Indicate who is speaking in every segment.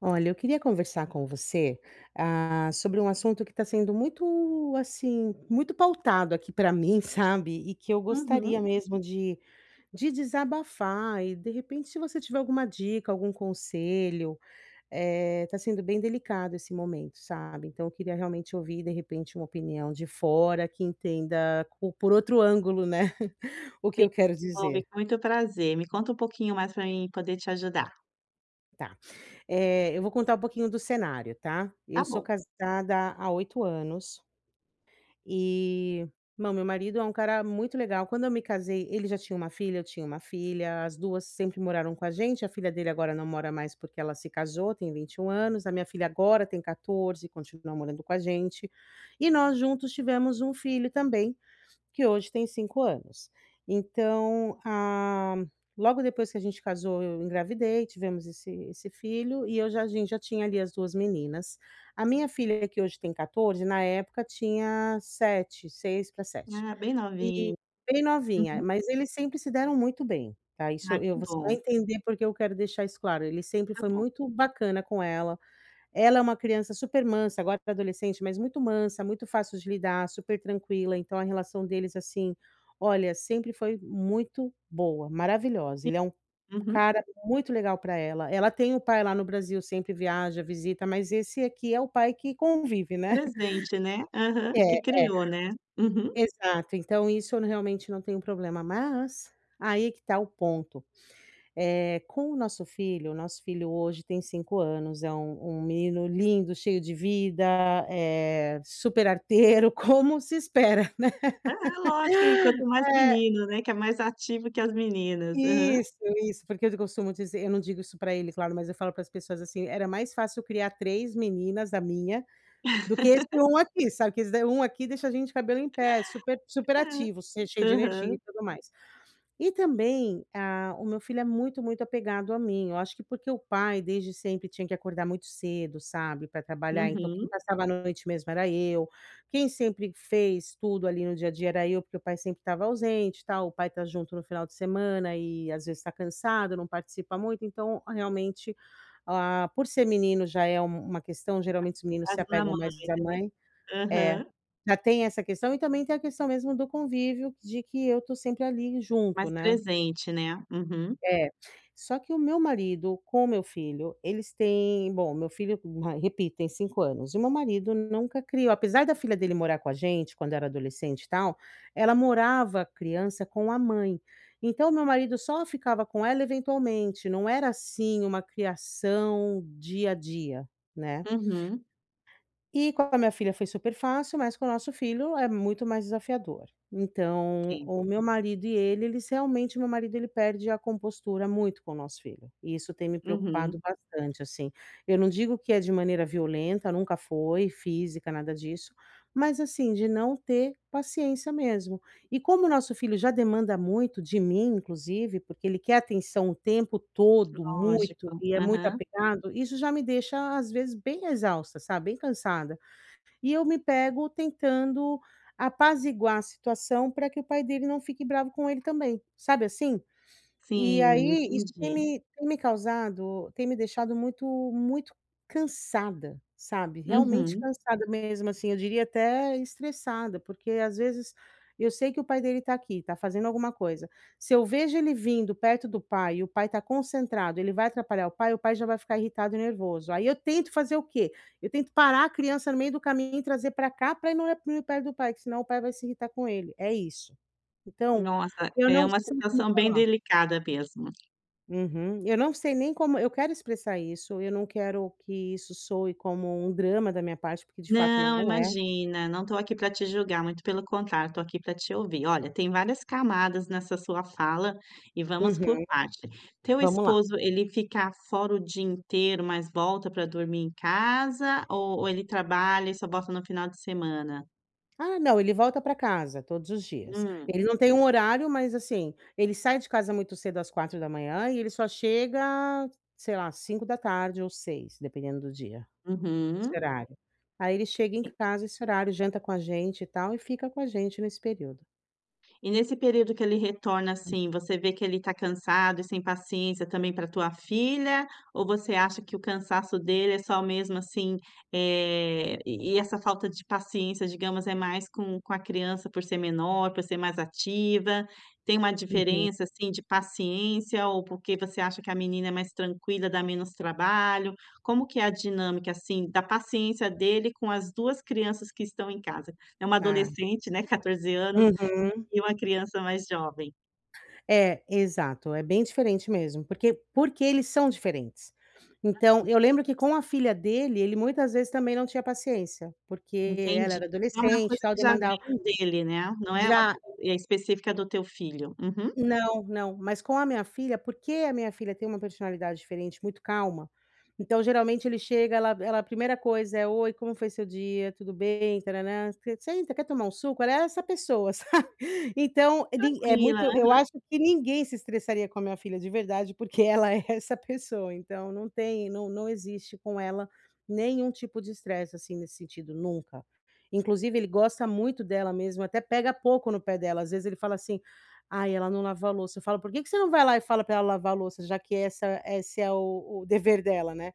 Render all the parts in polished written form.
Speaker 1: Olha, eu queria conversar com você, sobre um assunto que está sendo muito, assim, muito pautado aqui para mim, sabe? E que eu
Speaker 2: Uhum,
Speaker 1: gostaria mesmo de desabafar. E de repente, se você tiver alguma dica, algum conselho, está sendo bem delicado esse momento, sabe? Então, eu queria realmente ouvir, de repente, uma opinião de fora que entenda por outro ângulo, né? O que
Speaker 2: sim,
Speaker 1: eu quero
Speaker 2: envolve
Speaker 1: dizer.
Speaker 2: com muito prazer. Me conta um pouquinho mais para mim poder te ajudar.
Speaker 1: Tá. Eu vou contar um pouquinho do cenário, tá? Eu
Speaker 2: Tá
Speaker 1: sou
Speaker 2: bom.
Speaker 1: casada há 8 anos. E, bom, meu marido é um cara muito legal. Quando eu me casei, ele já tinha uma filha, eu tinha uma filha, as 2 sempre moraram com a gente. A filha dele agora não mora mais porque ela se casou, tem 21 anos. A minha filha agora tem 14, continua morando com a gente. E nós juntos tivemos um filho também, que hoje tem 5 anos. Então, logo depois que a gente casou, eu engravidei, tivemos esse filho e eu já a gente já tinha ali as 2 meninas. A minha filha, que hoje tem 14, na época tinha 7, 6 para 7.
Speaker 2: Ah, bem
Speaker 1: E
Speaker 2: novinho.
Speaker 1: bem novinha,
Speaker 2: Uhum.
Speaker 1: mas eles sempre se deram muito bem, tá, isso
Speaker 2: Ah,
Speaker 1: eu
Speaker 2: que
Speaker 1: você vai
Speaker 2: bom,
Speaker 1: entender porque eu quero deixar isso claro, ele sempre
Speaker 2: tá
Speaker 1: foi
Speaker 2: bom.
Speaker 1: muito bacana com ela. Ela é uma criança super mansa, agora é adolescente, mas muito mansa, muito fácil de lidar, super tranquila, então a relação deles, assim, olha, sempre foi muito boa, maravilhosa.
Speaker 2: Que
Speaker 1: Ele é um
Speaker 2: uhum.
Speaker 1: cara muito legal para ela. Ela tem o pai lá no Brasil, sempre viaja, visita, mas esse aqui é o pai que convive, né.
Speaker 2: Presente, né. Aham,
Speaker 1: É,
Speaker 2: que
Speaker 1: é,
Speaker 2: criou, né. Uhum.
Speaker 1: exato, então isso eu realmente não tenho problema, mas aí é que tá o ponto. Com o nosso filho hoje tem 5 anos, é um menino lindo, cheio de vida, super arteiro, como se espera,
Speaker 2: Aham, lógico, e quanto mais
Speaker 1: né.
Speaker 2: menino, né, que é mais ativo que as meninas. Aham.
Speaker 1: Isso, isso, porque eu costumo dizer, eu não digo isso para ele, claro, mas eu falo para as pessoas assim: "Era mais fácil criar 3 meninas da minha, do que esse um aqui", sabe, que esse da um aqui deixa a gente de cabelo em pé, super super
Speaker 2: É.
Speaker 1: ativo, cheio de energia
Speaker 2: Aham.
Speaker 1: e tudo mais. E também, o meu filho é muito, muito apegado a mim. Eu acho que porque o pai desde sempre tinha que acordar muito cedo, sabe, para trabalhar, então quem
Speaker 2: Uhum.
Speaker 1: passava a noite mesmo era eu, quem sempre fez tudo ali no dia a dia era eu, porque o pai sempre estava ausente e tal, o pai tá junto no final de semana e às vezes está cansado, não participa muito, então realmente, por ser menino já é uma questão, geralmente os meninos se
Speaker 2: As da
Speaker 1: apegam mais
Speaker 2: mãe,
Speaker 1: à
Speaker 2: né.
Speaker 1: mãe. É.
Speaker 2: Aham.
Speaker 1: Já tem essa questão e também tem a questão mesmo do convívio de que eu tô sempre ali junto,
Speaker 2: Mais
Speaker 1: né.
Speaker 2: presente, né. Uhum.
Speaker 1: É, só que o meu marido com o meu filho, eles têm bom, meu filho, ma repito, tem 5 anos, e meu marido nunca criou apesar da filha dele morar com a gente quando era adolescente e tal, ela morava criança com a mãe. Então meu marido só ficava com ela eventualmente, não era assim uma criação dia a dia, né.
Speaker 2: Uhum.
Speaker 1: E com a minha filha foi super fácil, mas com o nosso filho é muito mais desafiador. Então,
Speaker 2: Entendo.
Speaker 1: o meu marido e ele, eles realmente, meu marido, ele perde a compostura muito com o nosso filho, e isso tem me preocupado
Speaker 2: Uhum.
Speaker 1: bastante, assim. Eu não digo que é de maneira violenta, nunca foi, física, nada disso, mas assim, de não ter paciência mesmo. E como o nosso filho já demanda muito de mim, inclusive, porque ele quer atenção o tempo todo, muito,
Speaker 2: Lógico.
Speaker 1: e é muito
Speaker 2: Aham.
Speaker 1: apegado, isso já me deixa, às vezes, bem exausta, sabe, bem cansada. E eu me pego tentando apaziguar a situação para que o pai dele não fique bravo com ele também, sabe assim? E
Speaker 2: Sim,
Speaker 1: aí isso tem
Speaker 2: entendi.
Speaker 1: me tem me causado, tem me deixado muito, muito cansada, sabe, realmente
Speaker 2: Uhum.
Speaker 1: cansada mesmo, assim, eu diria até estressada, porque às vezes eu sei que o pai dele tá aqui, tá fazendo alguma coisa. Se eu vejo ele vindo perto do pai e o pai tá concentrado, ele vai atrapalhar o pai já vai ficar irritado e nervoso. Aí eu tento fazer o quê? Eu tento parar a criança no meio do caminho e trazer para cá pra não ir perto do pai, que senão o pai vai se irritar com ele, é isso. Então,
Speaker 2: Nossa,
Speaker 1: eu
Speaker 2: é
Speaker 1: não
Speaker 2: uma
Speaker 1: sei como
Speaker 2: situação bem
Speaker 1: falar.
Speaker 2: delicada mesmo.
Speaker 1: Uhum. Eu não sei nem como eu quero expressar isso, eu não quero que isso soe como um drama da minha parte, porque de fato
Speaker 2: Não,
Speaker 1: não é.
Speaker 2: imagina, não estou aqui para te julgar, muito pelo contrário, estou aqui para te ouvir. Olha, tem várias camadas nessa sua fala e vamos por
Speaker 1: Uhum.
Speaker 2: parte. Teu
Speaker 1: Vamos lá.
Speaker 2: esposo, ele fica fora o dia inteiro, mas volta para dormir em casa ou ele trabalha e só volta no final de semana?
Speaker 1: "Ah, não, ele volta para casa todos os dias".
Speaker 2: Hum,
Speaker 1: Ele não tem um horário, mas, assim, ele sai de casa muito cedo às 4 da manhã, e ele só chega, sei lá, 5 da tarde ou 6, dependendo do dia, esse
Speaker 2: uhum.
Speaker 1: horário. Aí ele chega em casa esse horário, janta com a gente e tal, e fica com a gente nesse período.
Speaker 2: E nesse período que ele retorna, assim, você vê que ele está cansado e sem paciência também pra tua filha? Ou você acha que o cansaço dele é só mesmo, assim, e essa falta de paciência, digamos, é mais com a criança por ser menor, por ser mais ativa? Tem uma
Speaker 1: Uhum.
Speaker 2: diferença, assim, de paciência ou porque você acha que a menina é mais tranquila, dá menos trabalho? Como que é a dinâmica, assim, da paciência dele com as 2 crianças que estão em casa? É uma
Speaker 1: Tá.
Speaker 2: adolescente, né, 14 anos,
Speaker 1: Uhum.
Speaker 2: e uma criança mais jovem,
Speaker 1: É, exato, é bem diferente mesmo, porque porque eles são diferentes. Então, eu lembro que com a filha dele, ele muitas vezes também não tinha paciência, porque ela
Speaker 2: entendi.
Speaker 1: era
Speaker 2: É uma
Speaker 1: adolescente e
Speaker 2: coisa
Speaker 1: tal,
Speaker 2: que já
Speaker 1: demandava
Speaker 2: vem dele, né, não é uma
Speaker 1: já.
Speaker 2: coisa específica do teu filho. Uhum.
Speaker 1: Não, não, mas com a minha filha, porque a minha filha tem uma personalidade diferente, muito calma, então geralmente ele chega, ela ela a primeira coisa é: "Oi, como foi seu dia? Tudo bem? Tárárá. Você senta, quer tomar um suco?" Ela é essa pessoa, sabe. Então, nin é
Speaker 2: Tranquila,
Speaker 1: muito eu
Speaker 2: né,
Speaker 1: acho que ninguém se estressaria com a minha filha de verdade, porque ela é essa pessoa, então não tem não existe com ela nenhum tipo de estresse, assim, nesse sentido, nunca. Inclusive ele gosta muito dela mesmo, até pega pouco no pé dela, às vezes ele fala assim: Ai, ela não lava a louça. Eu falo: "Por que que você não vai lá e fala pra ela lavar a louça, já que essa esse é o dever dela, né?"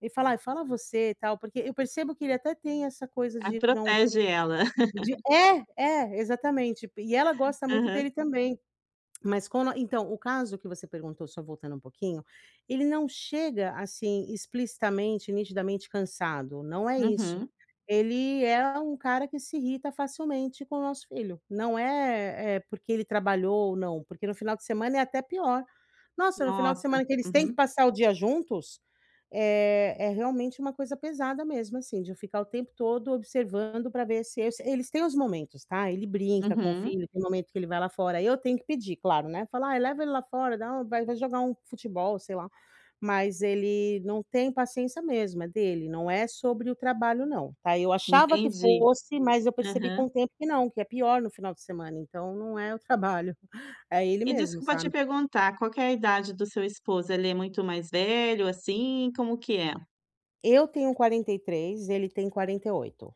Speaker 1: E fala: "Ai, fala você e tal", porque eu percebo que ele até tem essa coisa
Speaker 2: ah,
Speaker 1: de não
Speaker 2: protege ela.
Speaker 1: de, é, é, exatamente. E ela gosta muito
Speaker 2: Aham.
Speaker 1: dele também. Mas quando então, o caso que você perguntou, só voltando um pouquinho, ele não chega, assim, explicitamente, nitidamente cansado, não é isso.
Speaker 2: Uhum.
Speaker 1: Ele é um cara que se irrita facilmente com o nosso filho, não é, porque ele trabalhou ou não, porque no final de semana é até pior. Nossa, no final de
Speaker 2: Nossa.
Speaker 1: semana que eles têm que
Speaker 2: Uhum.
Speaker 1: passar o dia juntos, é é realmente uma coisa pesada mesmo, assim, de eu ficar o tempo todo observando para ver se es eles têm os momentos, tá, ele brinca com o
Speaker 2: Uhum.
Speaker 1: filho, tem momento que ele vai lá fora, eu tenho que pedir, claro, né, falar: "Ai, leva ele lá fora, dá um vai vai jogar um futebol", sei lá. Mas ele não tem paciência mesmo, é dele, não é sobre o trabalho não, tá. Eu achava que
Speaker 2: Entendi.
Speaker 1: fosse, mas eu percebi com
Speaker 2: Aham.
Speaker 1: o tempo que não, que é pior no final de semana, então não é o trabalho, é ele
Speaker 2: E
Speaker 1: mesmo,
Speaker 2: desculpa te
Speaker 1: sabe.
Speaker 2: perguntar, qual que é a idade do seu esposo? Ele é muito mais velho, assim, como que é?
Speaker 1: Eu tenho 43, ele tem 48.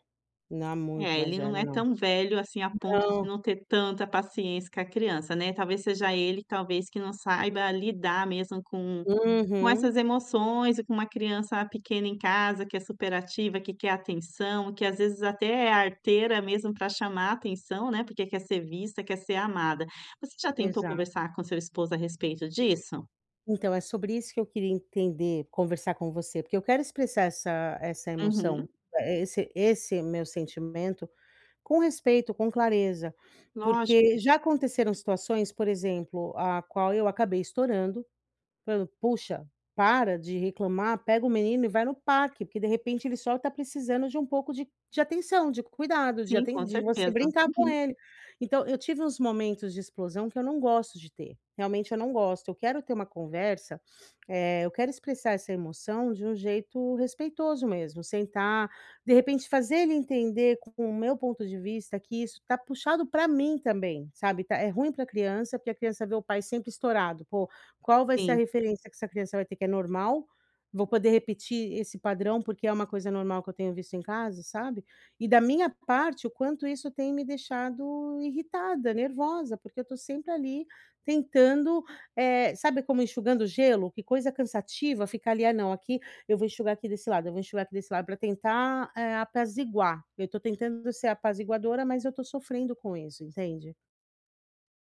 Speaker 1: Não, muito
Speaker 2: É,
Speaker 1: mais
Speaker 2: ele não
Speaker 1: velho
Speaker 2: é
Speaker 1: não.
Speaker 2: tão velho, assim, a ponto de
Speaker 1: Não.
Speaker 2: não ter tanta paciência com a criança, né, talvez seja ele, talvez, que não saiba lidar mesmo com essas
Speaker 1: Uhum,
Speaker 2: emoções e com uma criança pequena em casa que é superativa, que quer atenção, que às vezes até é arteira mesmo para chamar atenção, né, porque quer ser vista, quer ser amada. Você já tentou
Speaker 1: exato.
Speaker 2: conversar com seu esposo a respeito disso?
Speaker 1: Então, é sobre isso que eu queria entender, conversar com você, porque eu quero expressar essa emoção,
Speaker 2: Uhum.
Speaker 1: esse meu sentimento com respeito, com clareza, porque
Speaker 2: Lógico,
Speaker 1: já aconteceram situações, por exemplo, a qual eu acabei estourando. Falando: "Poxa, para de reclamar, pega o menino e vai no parque, porque de repente ele só está precisando de um pouco de atenção, de cuidado,
Speaker 2: sim, com
Speaker 1: de você
Speaker 2: certeza.
Speaker 1: brincar com
Speaker 2: Uhum,
Speaker 1: ele". Então eu tive uns momentos de explosão que eu não gosto de ter, realmente eu não gosto. Eu quero ter uma conversa, eu quero expressar essa emoção de um jeito respeitoso mesmo, sentar, de repente fazer ele entender com o meu ponto de vista que isso tá puxado para mim também, sabe, tá é ruim para a criança, porque a criança vê o pai sempre estourado: "Pô, qual vai ser a
Speaker 2: sim.
Speaker 1: referência que essa criança vai ter que é normal? Vou poder repetir esse padrão, porque é uma coisa normal que eu tenho visto em casa, sabe? E da minha parte, o quanto isso tem me deixado irritada, nervosa, porque eu tô sempre ali tentando, sabe como enxugando gelo? Que coisa cansativa ficar ali: "Ah, não, aqui eu vou enxugar aqui desse lado, eu vou enxugar aqui desse lado", para tentar, apaziguar. Eu tô tentando ser apaziguadora, mas eu tô sofrendo com isso, entende?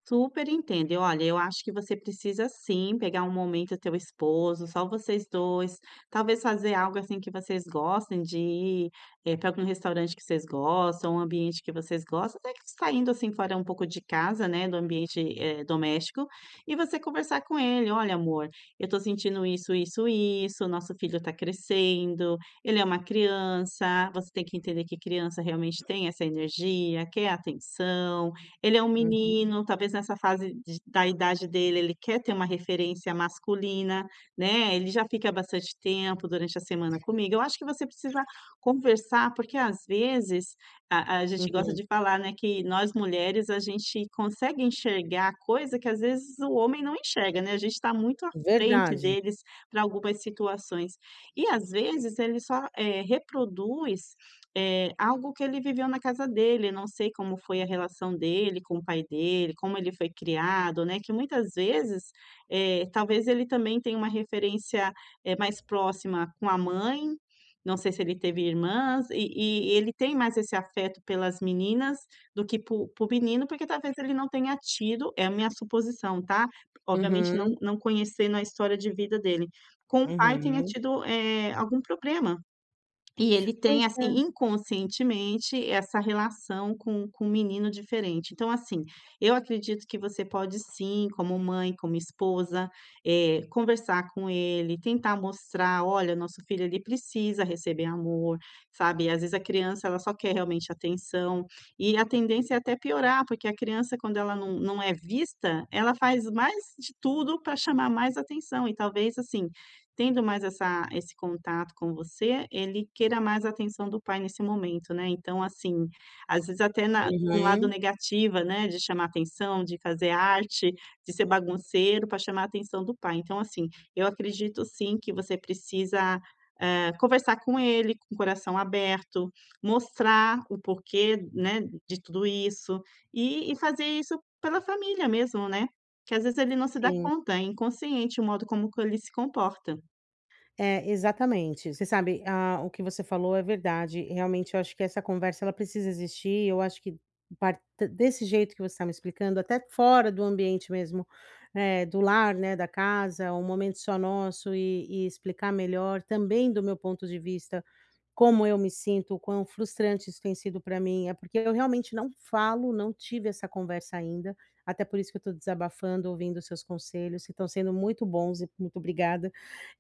Speaker 2: Super entendo. E olha, eu acho que você precisa sim pegar um momento teu esposo, só vocês dois, talvez fazer algo assim que vocês gostem de ir, para algum restaurante que vocês gostam, um ambiente que vocês gostam, até que saindo assim fora um pouco de casa, né, do ambiente, doméstico, e você conversar com ele: "Olha amor, eu tô sentindo isso, isso, isso, nosso filho tá crescendo, ele é uma criança, você tem que entender que criança realmente tem essa energia, quer atenção, ele é um
Speaker 1: Uhum,
Speaker 2: menino, talvez nessa fase de da idade dele, ele quer ter uma referência masculina, né, ele já fica bastante tempo durante a semana comigo. Eu acho que você precisa conversar, porque às vezes a gente gosta
Speaker 1: uhum.
Speaker 2: de falar, né, que nós mulheres, a gente consegue enxergar coisa que às vezes o homem não enxerga, né, a gente está muito à frente
Speaker 1: Verdade.
Speaker 2: deles para algumas situações. E às vezes ele só, reproduz é, algo que ele viveu na casa dele, não sei como foi a relação dele com o pai dele, como ele foi criado, né, que muitas vezes, talvez ele também tenha uma referência, mais próxima com a mãe, não sei se ele teve irmãs, e ele tem mais esse afeto pelas meninas do que po para o menino, porque talvez ele não tenha tido, é a minha suposição, tá, obviamente não
Speaker 1: Uhum,
Speaker 2: não conhecendo a história de vida dele, com o pai tenha
Speaker 1: uhum.
Speaker 2: tido, algum problema. E ele tem,
Speaker 1: Pois é.
Speaker 2: assim, inconscientemente, essa relação com um menino diferente. Então, assim, eu acredito que você pode sim, como mãe, como esposa, conversar com ele, tentar mostrar: "Olha, nosso filho, ele precisa receber amor", sabe. Às vezes a criança, ela só quer realmente atenção, e a tendência é até piorar, porque a criança, quando ela não é vista, ela faz mais de tudo para chamar mais atenção e talvez, assim, tendo mais essa esse contato com você, ele queira mais a atenção do pai nesse momento, né. Então, assim, às vezes até na um lado
Speaker 1: Uhum.
Speaker 2: negativa, né, de chamar atenção, de fazer arte, de ser bagunceiro para chamar a atenção do pai. Então, assim, eu acredito sim que você precisa, conversar com ele com o coração aberto, mostrar o porquê, né, de tudo isso, e fazer isso pela família mesmo, né, que às vezes ele não se dá
Speaker 1: Sim,
Speaker 2: conta, é inconsciente o modo como que ele se comporta.
Speaker 1: é, exatamente. Você sabe, o que você falou é verdade. Realmente eu acho que essa conversa ela precisa existir. Eu acho que par desse jeito que você está me explicando, até fora do ambiente mesmo, do lar, né, da casa, um momento só nosso e explicar melhor também do meu ponto de vista como eu me sinto, o quão frustrante isso tem sido para mim, é porque eu realmente não falo, não tive essa conversa ainda, até por isso que eu estou desabafando, ouvindo seus conselhos, que estão sendo muito bons e muito obrigada.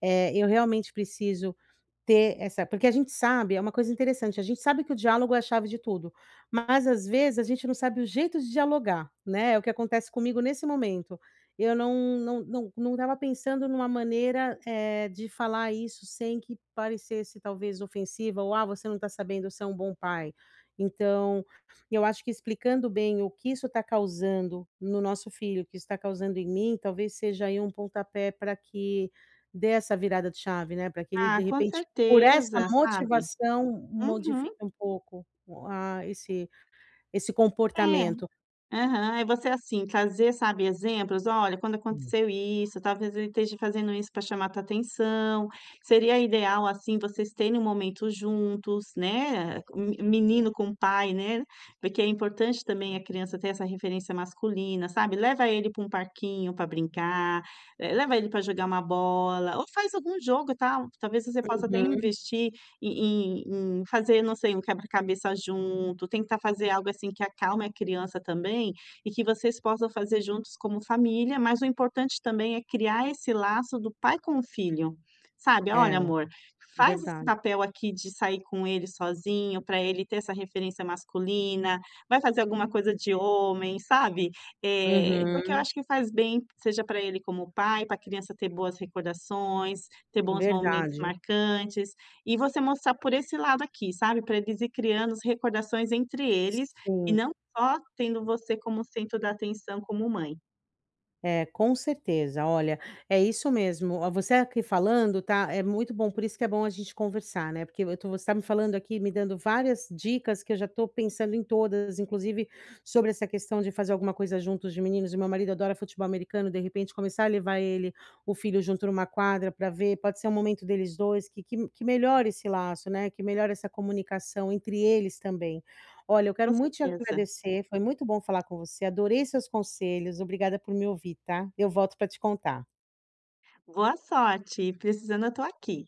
Speaker 1: Eu realmente preciso ter essa porque a gente sabe, é uma coisa interessante, a gente sabe que o diálogo é a chave de tudo, mas às vezes a gente não sabe o jeito de dialogar, né, é o que acontece comigo nesse momento. Eu não estava pensando numa maneira, de falar isso sem que parecesse talvez ofensiva ou: "Ah, você não está sabendo ser um bom pai". Então, eu acho que explicando bem o que isso está causando no nosso filho, o que isso está causando em mim, talvez seja aí um pontapé para que dê essa virada de chave, né, para que ele
Speaker 2: Ah,
Speaker 1: de
Speaker 2: com
Speaker 1: repente, por essa
Speaker 2: certeza, sabe.
Speaker 1: motivação,
Speaker 2: Uhum.
Speaker 1: modifique um pouco o a esse esse
Speaker 2: É.
Speaker 1: comportamento.
Speaker 2: Aham. Aí você, assim, trazer, sabe, exemplos: "Olha, quando aconteceu isso, talvez ele esteja fazendo isso para chamar tua atenção". Seria ideal, assim, vocês terem um momento juntos, né, me menino com pai, né, porque é importante também a criança ter essa referência masculina, sabe. Leva ele para um parquinho para brincar, leva ele para jogar uma bola ou faz algum jogo, tal talvez você possa até
Speaker 1: Uhum.
Speaker 2: investir em em fazer, não sei, um quebra-cabeça junto, tentar fazer algo, assim, que acalme a criança também e que vocês possam fazer juntos como família, mas o importante também é criar esse laço do pai com o filho, sabe:
Speaker 1: É,
Speaker 2: "Olha, amor, faz esse
Speaker 1: verdade.
Speaker 2: papel aqui de sair com ele sozinho, para ele ter essa referência masculina, vai fazer alguma coisa de homem", sabe. Porque eu
Speaker 1: Uhum.
Speaker 2: acho que faz bem, seja para ele como pai, para a criança ter boas recordações, ter bons momentos
Speaker 1: Verdade.
Speaker 2: marcantes. E você mostrar por esse lado aqui, sabe, para eles ir criando as recordações entre eles, e
Speaker 1: Sim,
Speaker 2: não só tendo você como centro da atenção como mãe.
Speaker 1: é, com certeza. Olha, é isso mesmo. Ó, você aqui falando, tá, é muito bom, por isso que é bom a gente conversar, né, porque eu tô você tá me falando aqui, me dando várias dicas que eu já estou pensando em todas, inclusive sobre essa questão de fazer alguma coisa juntos de meninos, o meu marido adora futebol americano, de repente começar a levar ele, o filho junto numa quadra para ver, pode ser um momento deles 2 que melhore esse laço, né, que melhore essa comunicação entre eles também. Olha, eu quero
Speaker 2: Com
Speaker 1: muito te
Speaker 2: certeza.
Speaker 1: agradecer, foi muito bom falar com você, adorei seus conselhos, obrigada por me ouvir, tá. Eu volto para te contar.
Speaker 2: Boa sorte, precisando eu tô aqui.